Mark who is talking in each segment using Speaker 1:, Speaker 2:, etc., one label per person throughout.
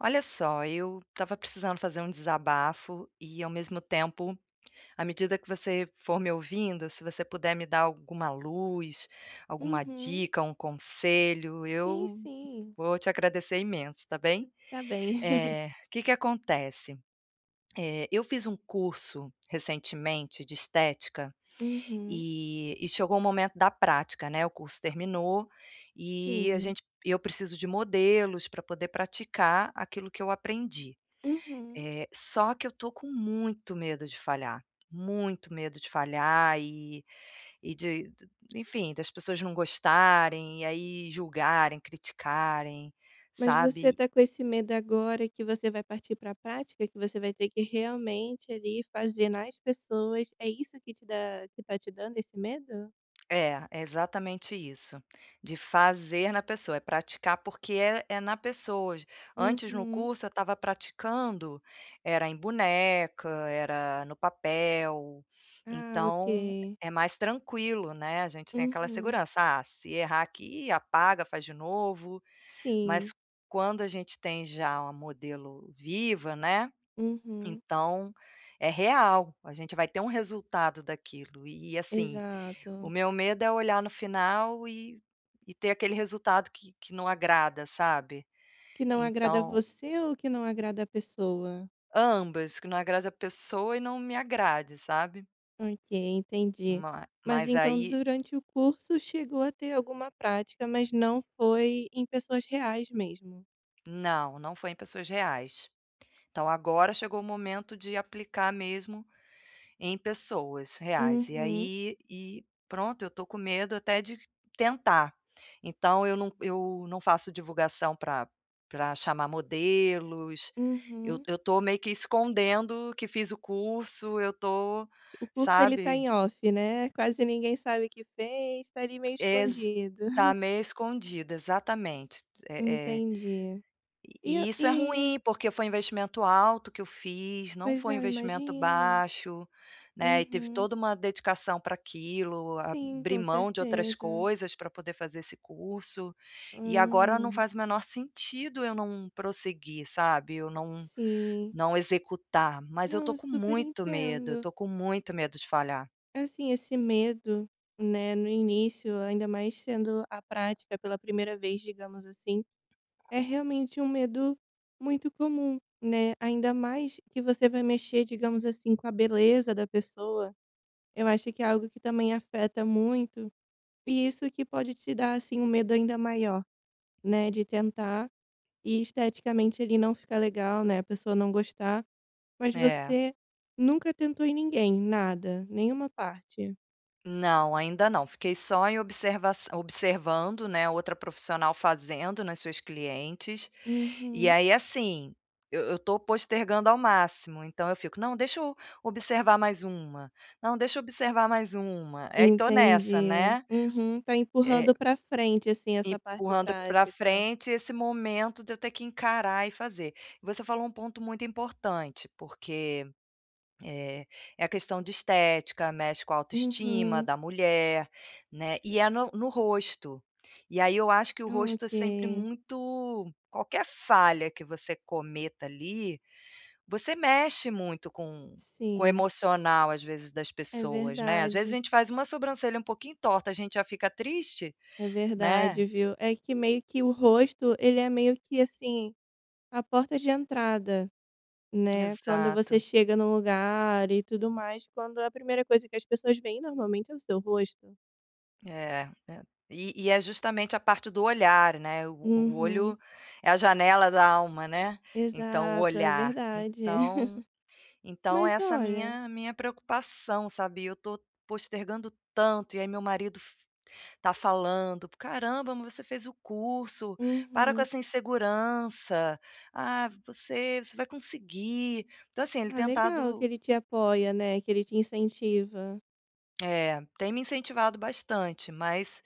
Speaker 1: Olha só, eu estava precisando fazer um desabafo e, ao mesmo tempo, à medida que você for me ouvindo, se você puder me dar alguma luz, alguma
Speaker 2: Uhum.
Speaker 1: dica, um conselho,
Speaker 2: Sim,
Speaker 1: eu
Speaker 2: sim.
Speaker 1: vou te agradecer imenso, tá bem?
Speaker 2: Tá bem.
Speaker 1: É, o que que acontece? Eu fiz um curso recentemente de estética
Speaker 2: Uhum.
Speaker 1: e chegou o momento da prática, né, o curso terminou e a
Speaker 2: Sim.
Speaker 1: gente eu preciso de modelos para poder praticar aquilo que eu aprendi.
Speaker 2: Uhum.
Speaker 1: Só que eu tô com muito medo de falhar, muito medo de falhar e de d enfim, das pessoas não gostarem e aí julgarem, criticarem,
Speaker 2: Mas você
Speaker 1: sabe.
Speaker 2: tá com esse medo agora que você vai partir para a prática, que você vai ter que realmente ali fazer nas pessoas, é isso que tá te dando esse medo?
Speaker 1: É, é exatamente isso, de fazer na pessoa, é praticar porque é na pessoa. Antes no
Speaker 2: Uhum.
Speaker 1: curso eu estava praticando, era em boneca, era no papel,
Speaker 2: Ah, ok.
Speaker 1: então é mais tranquilo, né, a gente tem aquela
Speaker 2: Uhum.
Speaker 1: segurança, ah, se errar aqui apaga, faz de novo,
Speaker 2: Sim.
Speaker 1: mas quando a gente tem já uma modelo viva, né,
Speaker 2: Uhum.
Speaker 1: então é real, a gente vai ter um resultado daquilo e assim o
Speaker 2: Exato.
Speaker 1: meu medo é olhar no final e ter aquele resultado que não agrada, sabe.
Speaker 2: Que não agrada
Speaker 1: Então
Speaker 2: você ou que não agrada a pessoa?
Speaker 1: ambas, que não agrade a pessoa e não me agrade, sabe.
Speaker 2: Ok, entendi.
Speaker 1: Ma
Speaker 2: Mas
Speaker 1: mas
Speaker 2: então,
Speaker 1: aí
Speaker 2: durante o curso, chegou a ter alguma prática, mas não foi em pessoas reais mesmo?
Speaker 1: não, não foi em pessoas reais. Então agora chegou o momento de aplicar mesmo em pessoas reais. E
Speaker 2: Uhum,
Speaker 1: aí e pronto, eu tô com medo até de tentar. Então eu não faço divulgação para pra chamar modelos, eu
Speaker 2: uhum.
Speaker 1: eu tô meio que escondendo que fiz o curso, eu tô,
Speaker 2: O curso ele tá
Speaker 1: sabe,
Speaker 2: em off, né? Quase ninguém sabe o que fez, tá ali meio
Speaker 1: ex
Speaker 2: escondido.
Speaker 1: tá meio escondida, exatamente. É é
Speaker 2: Entendi. E, eu-
Speaker 1: E isso é
Speaker 2: e
Speaker 1: ruim, porque foi investimento alto que eu fiz, não
Speaker 2: pois
Speaker 1: foi
Speaker 2: é, eu
Speaker 1: investimento
Speaker 2: imagino.
Speaker 1: baixo, né, e teve
Speaker 2: Uhum.
Speaker 1: toda uma dedicação para aquilo,
Speaker 2: Sim,
Speaker 1: abrir
Speaker 2: com
Speaker 1: mão de outras
Speaker 2: certeza.
Speaker 1: coisas para poder fazer esse curso, e agora não
Speaker 2: Hum,
Speaker 1: faz o menor sentido eu não prosseguir, sabe, eu não
Speaker 2: sim.
Speaker 1: não executar, mas eu
Speaker 2: Não,
Speaker 1: tô
Speaker 2: eu
Speaker 1: com
Speaker 2: super
Speaker 1: muito medo, eu
Speaker 2: entendo.
Speaker 1: tô com muito medo de falhar.
Speaker 2: Assim, esse medo, né, no início, ainda mais sendo a prática pela primeira vez, digamos assim, é realmente um medo muito comum, né? Ainda mais que você vai mexer, digamos assim, com a beleza da pessoa. Eu acho que é algo que também afeta muito, e isso que pode te dar assim um medo ainda maior, né, de tentar e esteticamente ele não ficar legal, né, a pessoa não gostar, mas
Speaker 1: É.
Speaker 2: você nunca tentou em ninguém, nada, nenhuma parte.
Speaker 1: Não, ainda não. Fiquei só em observaç observando, né, outra profissional fazendo nas suas clientes. E
Speaker 2: Uhum.
Speaker 1: aí, assim, eu tô postergando ao máximo, então eu fico: "Não, deixa eu observar mais uma. Não, deixa eu observar mais uma". Aí tô nessa,
Speaker 2: Entendi.
Speaker 1: né,
Speaker 2: Uhum, tá
Speaker 1: eh,
Speaker 2: empurrando pra frente, assim, essa parte
Speaker 1: empurrando para
Speaker 2: prática.
Speaker 1: frente esse momento de eu ter que encarar e fazer. Você falou um ponto muito importante, porque é, é a questão de estética, mexe com a autoestima
Speaker 2: Uhum.
Speaker 1: da mulher, né, e é no rosto. E aí eu acho que o rosto é sempre
Speaker 2: Ok.
Speaker 1: muito qualquer falha que você cometa ali, você mexe muito com o
Speaker 2: Sim,
Speaker 1: emocional, às vezes, das
Speaker 2: é
Speaker 1: pessoas, né. Às vezes a
Speaker 2: verdade,
Speaker 1: gente faz uma sobrancelha um pouquinho torta, a gente já fica triste,
Speaker 2: é verdade,
Speaker 1: né.
Speaker 2: viu. É que meio que o rosto, ele é meio que, assim, a porta de entrada, né, quando você
Speaker 1: Exato.
Speaker 2: chega num lugar e tudo mais, quando a primeira coisa que as pessoas veem normalmente é o seu rosto.
Speaker 1: É, é. E é justamente a parte do olhar, né, o
Speaker 2: Uhum.
Speaker 1: olho é a janela da alma, né, então o
Speaker 2: Exato, é
Speaker 1: olhar.
Speaker 2: verdade.
Speaker 1: Então
Speaker 2: Mas
Speaker 1: essa
Speaker 2: olha
Speaker 1: minha preocupação, sabe, eu tô postergando tanto, e aí meu marido f tá falando: "Caramba, mas você fez o curso, para com
Speaker 2: uhum.
Speaker 1: essa insegurança. Ah, você vai conseguir". Então assim, ele
Speaker 2: Ah, legal que
Speaker 1: tentado
Speaker 2: ele te apoia, né, que ele te incentiva.
Speaker 1: é, tem me incentivado bastante, mas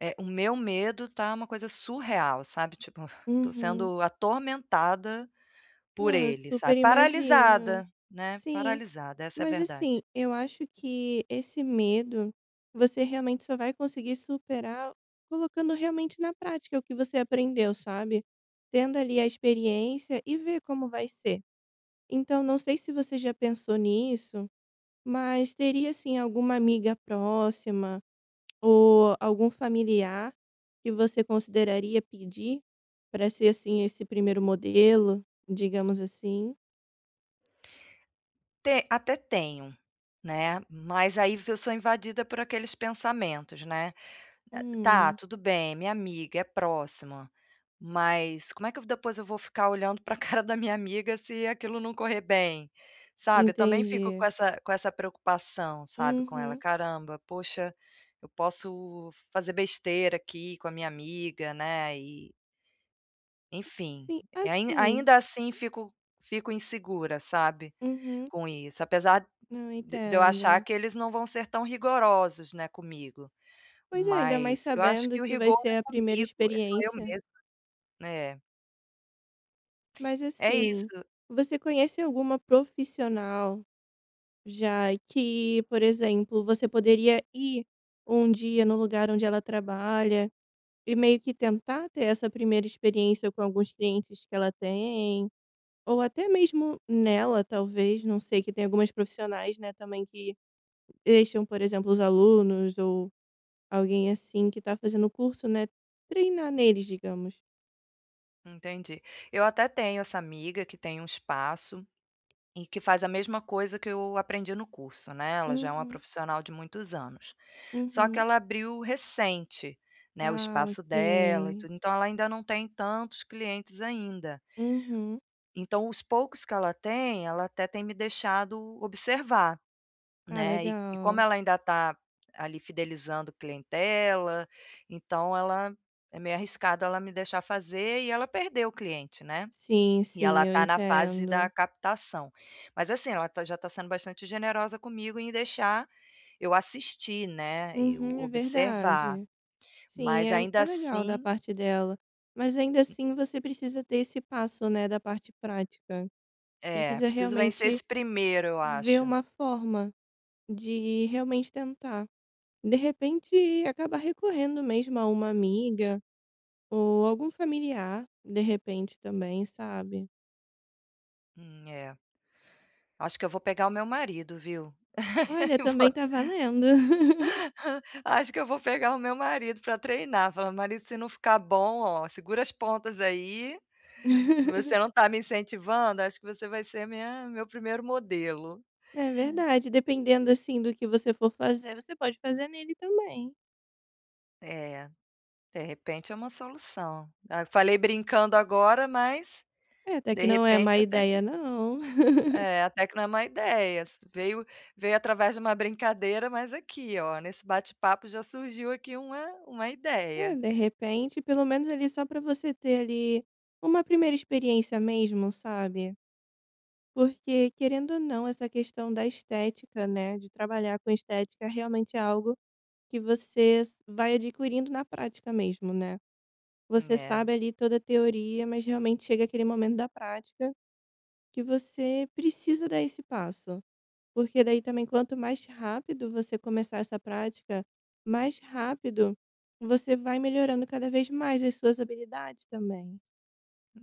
Speaker 1: é, o meu medo tá uma coisa surreal, sabe, tipo, tô
Speaker 2: Uhum.
Speaker 1: sendo atormentada por
Speaker 2: Não, eu
Speaker 1: ele,
Speaker 2: super
Speaker 1: sabe,
Speaker 2: imagino.
Speaker 1: paralisada, né,
Speaker 2: Sim,
Speaker 1: paralisada, essa é a
Speaker 2: mas assim,
Speaker 1: verdade.
Speaker 2: eu acho que esse medo você realmente só vai conseguir superar colocando realmente na prática o que você aprendeu, sabe? Tendo ali a experiência e ver como vai ser. Então, não sei se você já pensou nisso, mas teria assim alguma amiga próxima ou algum familiar que você consideraria pedir para ser, assim, esse primeiro modelo, digamos assim?
Speaker 1: Te até tenho, né, mas aí eu sou invadida por aqueles pensamentos, né. Tá,
Speaker 2: Hum,
Speaker 1: tudo bem, é minha amiga, é próxima, mas como é que eu vou ficar olhando para a cara da minha amiga se aquilo não correr bem, sabe? Eu também fico com
Speaker 2: entendi.
Speaker 1: essa preocupação, sabe, com ela:
Speaker 2: Uhum.
Speaker 1: "Caramba, poxa, eu posso fazer besteira aqui com a minha amiga, né", e enfim,
Speaker 2: Sim,
Speaker 1: e ain
Speaker 2: assim
Speaker 1: ainda assim fico insegura, sabe,
Speaker 2: uhum.
Speaker 1: com isso, apesar
Speaker 2: Não,
Speaker 1: de eu achar
Speaker 2: entendo.
Speaker 1: que eles não vão ser tão rigorosos, né, comigo.
Speaker 2: Pois é, ainda mais
Speaker 1: Mas eu acho
Speaker 2: sabendo
Speaker 1: que o
Speaker 2: que vai
Speaker 1: rigor
Speaker 2: ser
Speaker 1: é
Speaker 2: a primeira
Speaker 1: comigo, é só eu
Speaker 2: experiência.
Speaker 1: mesma, né.
Speaker 2: Mas,
Speaker 1: É
Speaker 2: assim,
Speaker 1: isso,
Speaker 2: você conhece alguma profissional já que, por exemplo, você poderia ir um dia no lugar onde ela trabalha e meio que tentar ter essa primeira experiência com alguns clientes que ela tem, ou até mesmo nela talvez, não sei, que tem algumas profissionais, né, também que deixam, por exemplo, os alunos ou alguém assim que tá fazendo o curso, né, treinar neles, digamos.
Speaker 1: entendi. Eu até tenho essa amiga que tem um espaço e que faz a mesma coisa que eu aprendi no curso, né, ela já é uma
Speaker 2: Uhum,
Speaker 1: profissional de muitos anos. Só que
Speaker 2: uhum.
Speaker 1: ela abriu recente, né, o
Speaker 2: Ah,
Speaker 1: espaço
Speaker 2: ok.
Speaker 1: dela e tudo, então ela ainda não tem tantos clientes ainda.
Speaker 2: Uhum.
Speaker 1: Então os poucos que ela tem, ela até tem me deixado observar.
Speaker 2: Ah,
Speaker 1: Né, e como
Speaker 2: legal.
Speaker 1: ela ainda está ali fidelizando clientela, então ela é meio arriscado ela me deixar fazer e ela perdeu o cliente, né.
Speaker 2: Sim,
Speaker 1: E
Speaker 2: sim,
Speaker 1: ela
Speaker 2: eu
Speaker 1: está na fase da
Speaker 2: entendo.
Speaker 1: captação. Mas assim, ela tá já está sendo bastante generosa comigo em deixar eu assistir, né, eu
Speaker 2: Uhum, é
Speaker 1: observar,
Speaker 2: verdade. Sim,
Speaker 1: mas
Speaker 2: é
Speaker 1: ainda
Speaker 2: é legal da
Speaker 1: assim
Speaker 2: parte dela, mas ainda assim você precisa ter esse passo, né, da parte prática.
Speaker 1: é,
Speaker 2: Precisa
Speaker 1: preciso vencer
Speaker 2: realmente
Speaker 1: esse primeiro eu
Speaker 2: ver
Speaker 1: acho.
Speaker 2: uma forma de realmente tentar. De repente, acabar recorrendo mesmo a uma amiga ou algum familiar, de repente também, sabe.
Speaker 1: É. Acho que eu vou pegar o meu marido, viu?
Speaker 2: Olha,
Speaker 1: E vou
Speaker 2: também tá valendo.
Speaker 1: Acho que eu vou pegar o meu marido para treinar, falar: "Marido, se não ficar bom, ó, segura as pontas aí, você não tá me incentivando, acho que você vai ser minha meu primeiro modelo".
Speaker 2: É verdade, dependendo, assim, do que você for fazer, você pode fazer nele também.
Speaker 1: É, de repente é uma solução. Ah, falei brincando agora, mas
Speaker 2: É, até
Speaker 1: de
Speaker 2: que não é má
Speaker 1: repente até que
Speaker 2: ideia não.
Speaker 1: é, até que não é má ideia, s veio através de uma brincadeira, mas aqui, ó, nesse bate-papo já surgiu aqui uma
Speaker 2: É,
Speaker 1: ideia.
Speaker 2: de repente, pelo menos ali só pra você ter ali uma primeira experiência mesmo, sabe? Porque, querendo ou não, essa questão da estética, né? De trabalhar com estética realmente é algo que você vai adquirindo na prática mesmo, né? Você
Speaker 1: É.
Speaker 2: sabe ali toda a teoria, mas realmente chega aquele momento da prática que você precisa dar esse passo. Porque daí também quanto mais rápido você começar essa prática, mais rápido você vai melhorando cada vez mais as suas habilidades também.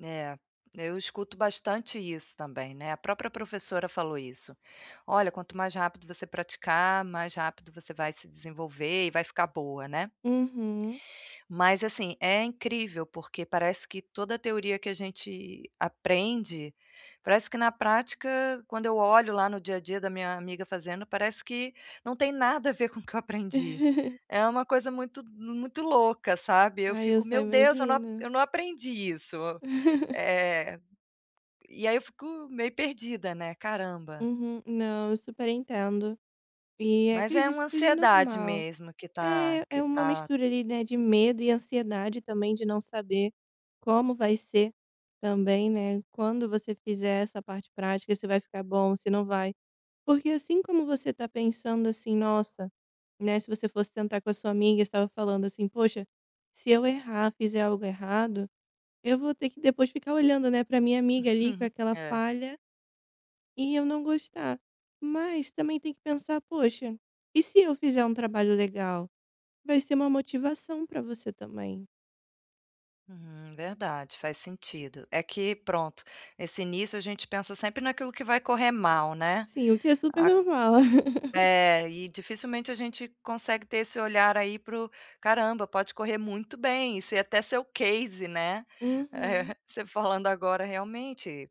Speaker 1: É, eu escuto bastante isso também, né, a própria professora falou isso: "Olha, quanto mais rápido você praticar, mais rápido você vai se desenvolver e vai ficar boa", né.
Speaker 2: Uhum.
Speaker 1: Mas, assim, é incrível, porque parece que toda a teoria que a gente aprende, parece que na prática, quando eu olho lá no dia a dia da minha amiga fazendo, parece que não tem nada a ver com o que eu aprendi. É uma coisa muito muito louca, sabe. Eu
Speaker 2: Ai, eu
Speaker 1: fico:
Speaker 2: só
Speaker 1: "Meu Deus,
Speaker 2: imagino.
Speaker 1: eu não aprendi isso". Eh e aí eu fico meio perdida, né, caramba.
Speaker 2: Uhum. Não, eu super entendo. E
Speaker 1: Mas é
Speaker 2: acredito
Speaker 1: uma
Speaker 2: que seja
Speaker 1: ansiedade
Speaker 2: normal.
Speaker 1: mesmo que
Speaker 2: É, é uma
Speaker 1: tá
Speaker 2: mistura ali, né, de medo e ansiedade também, de não saber como vai ser também, né? Quando você fizer essa parte prática, se vai ficar bom, se não vai. Porque assim como você tá pensando assim: "Nossa", né, se você fosse tentar com a sua amiga, estava falando assim: "Poxa, se eu errar, fizer algo errado, eu vou ter que depois ficar olhando, né, para minha amiga ali com aquela
Speaker 1: é,
Speaker 2: falha e eu não gostar". Mas também tem que pensar: "Poxa, e se eu fizer um trabalho legal?". Vai ser uma motivação para você também.
Speaker 1: uhum, verdade, faz sentido. É que pronto, nesse início a gente pensa sempre naquilo que vai correr mal, né.
Speaker 2: Sim, o que é super
Speaker 1: A
Speaker 2: normal.
Speaker 1: é, e dificilmente a gente consegue ter esse olhar aí pro "Caramba, pode correr muito bem", e ser até seu case, né.
Speaker 2: Uhum.
Speaker 1: Você falando agora realmente,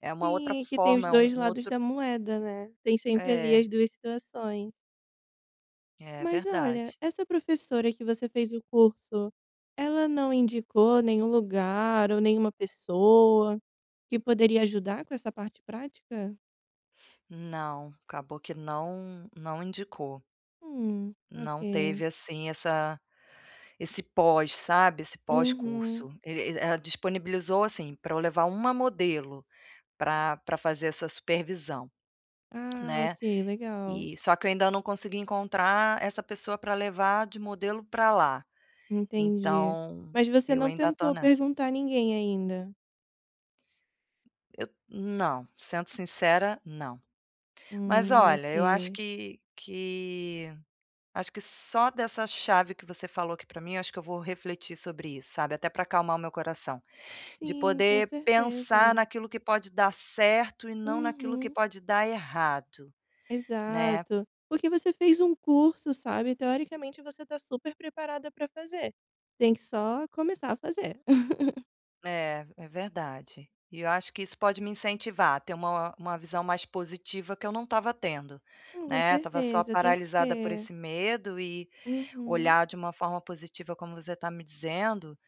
Speaker 1: é uma outra
Speaker 2: Sim, é que tem os
Speaker 1: forma, é
Speaker 2: 2
Speaker 1: um
Speaker 2: lados
Speaker 1: outro
Speaker 2: da moeda, né. Tem sempre ali
Speaker 1: é,
Speaker 2: as 2 situações.
Speaker 1: é
Speaker 2: Mas olha,
Speaker 1: verdade.
Speaker 2: essa professora que você fez o curso, ela não indicou nenhum lugar ou nenhuma pessoa que poderia ajudar com essa parte prática?
Speaker 1: Não, acabou que não indicou.
Speaker 2: Ok.
Speaker 1: Não teve, assim, essa esse pós, sabe, esse
Speaker 2: Uhum.
Speaker 1: pós-curso. Ele ele Ela disponibilizou, assim, para eu levar uma modelo para fazer essa supervisão,
Speaker 2: Ah, ok,
Speaker 1: né.
Speaker 2: legal.
Speaker 1: E só que eu ainda não consegui encontrar essa pessoa para levar de modelo para lá.
Speaker 2: Entendi.
Speaker 1: Então,
Speaker 2: Mas você
Speaker 1: eu
Speaker 2: não
Speaker 1: ainda tô
Speaker 2: tentou
Speaker 1: nessa.
Speaker 2: perguntar a ninguém ainda?
Speaker 1: Eu não, sendo sincera, não. Mas olha, eu acho
Speaker 2: Ok.
Speaker 1: que acho que só dessa chave que você falou aqui pra mim, acho que eu vou refletir sobre isso, sabe, até pra acalmar o meu coração, de
Speaker 2: Sim, com
Speaker 1: poder pensar
Speaker 2: certeza.
Speaker 1: naquilo que pode dar certo e não naquilo que
Speaker 2: Uhum.
Speaker 1: pode dar errado, né.
Speaker 2: Exato. Porque você fez um curso, sabe, teoricamente você tá super preparada pra fazer, tem que só começar a fazer.
Speaker 1: É, é verdade. E eu acho que isso pode me incentivar a ter uma visão mais positiva que eu não estava tendo,
Speaker 2: Com
Speaker 1: né, tava só
Speaker 2: certeza, tem que
Speaker 1: paralisada por
Speaker 2: ter.
Speaker 1: esse medo e
Speaker 2: Uhum.
Speaker 1: olhar de uma forma positiva como você está me dizendo,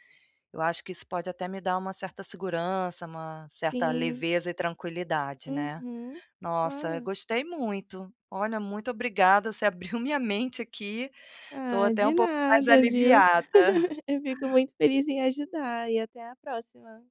Speaker 1: eu acho que isso pode até me dar uma certa segurança, uma certa
Speaker 2: Sim.
Speaker 1: leveza e tranquilidade, né.
Speaker 2: Uhum.
Speaker 1: Nossa,
Speaker 2: Claro.
Speaker 1: gostei muito. Olha, muito obrigada, você abriu minha mente aqui, estou
Speaker 2: Ah,
Speaker 1: até
Speaker 2: de
Speaker 1: um pouco mais
Speaker 2: nada, viu.
Speaker 1: aliviada.
Speaker 2: Eu fico muito feliz em ajudar e até a próxima.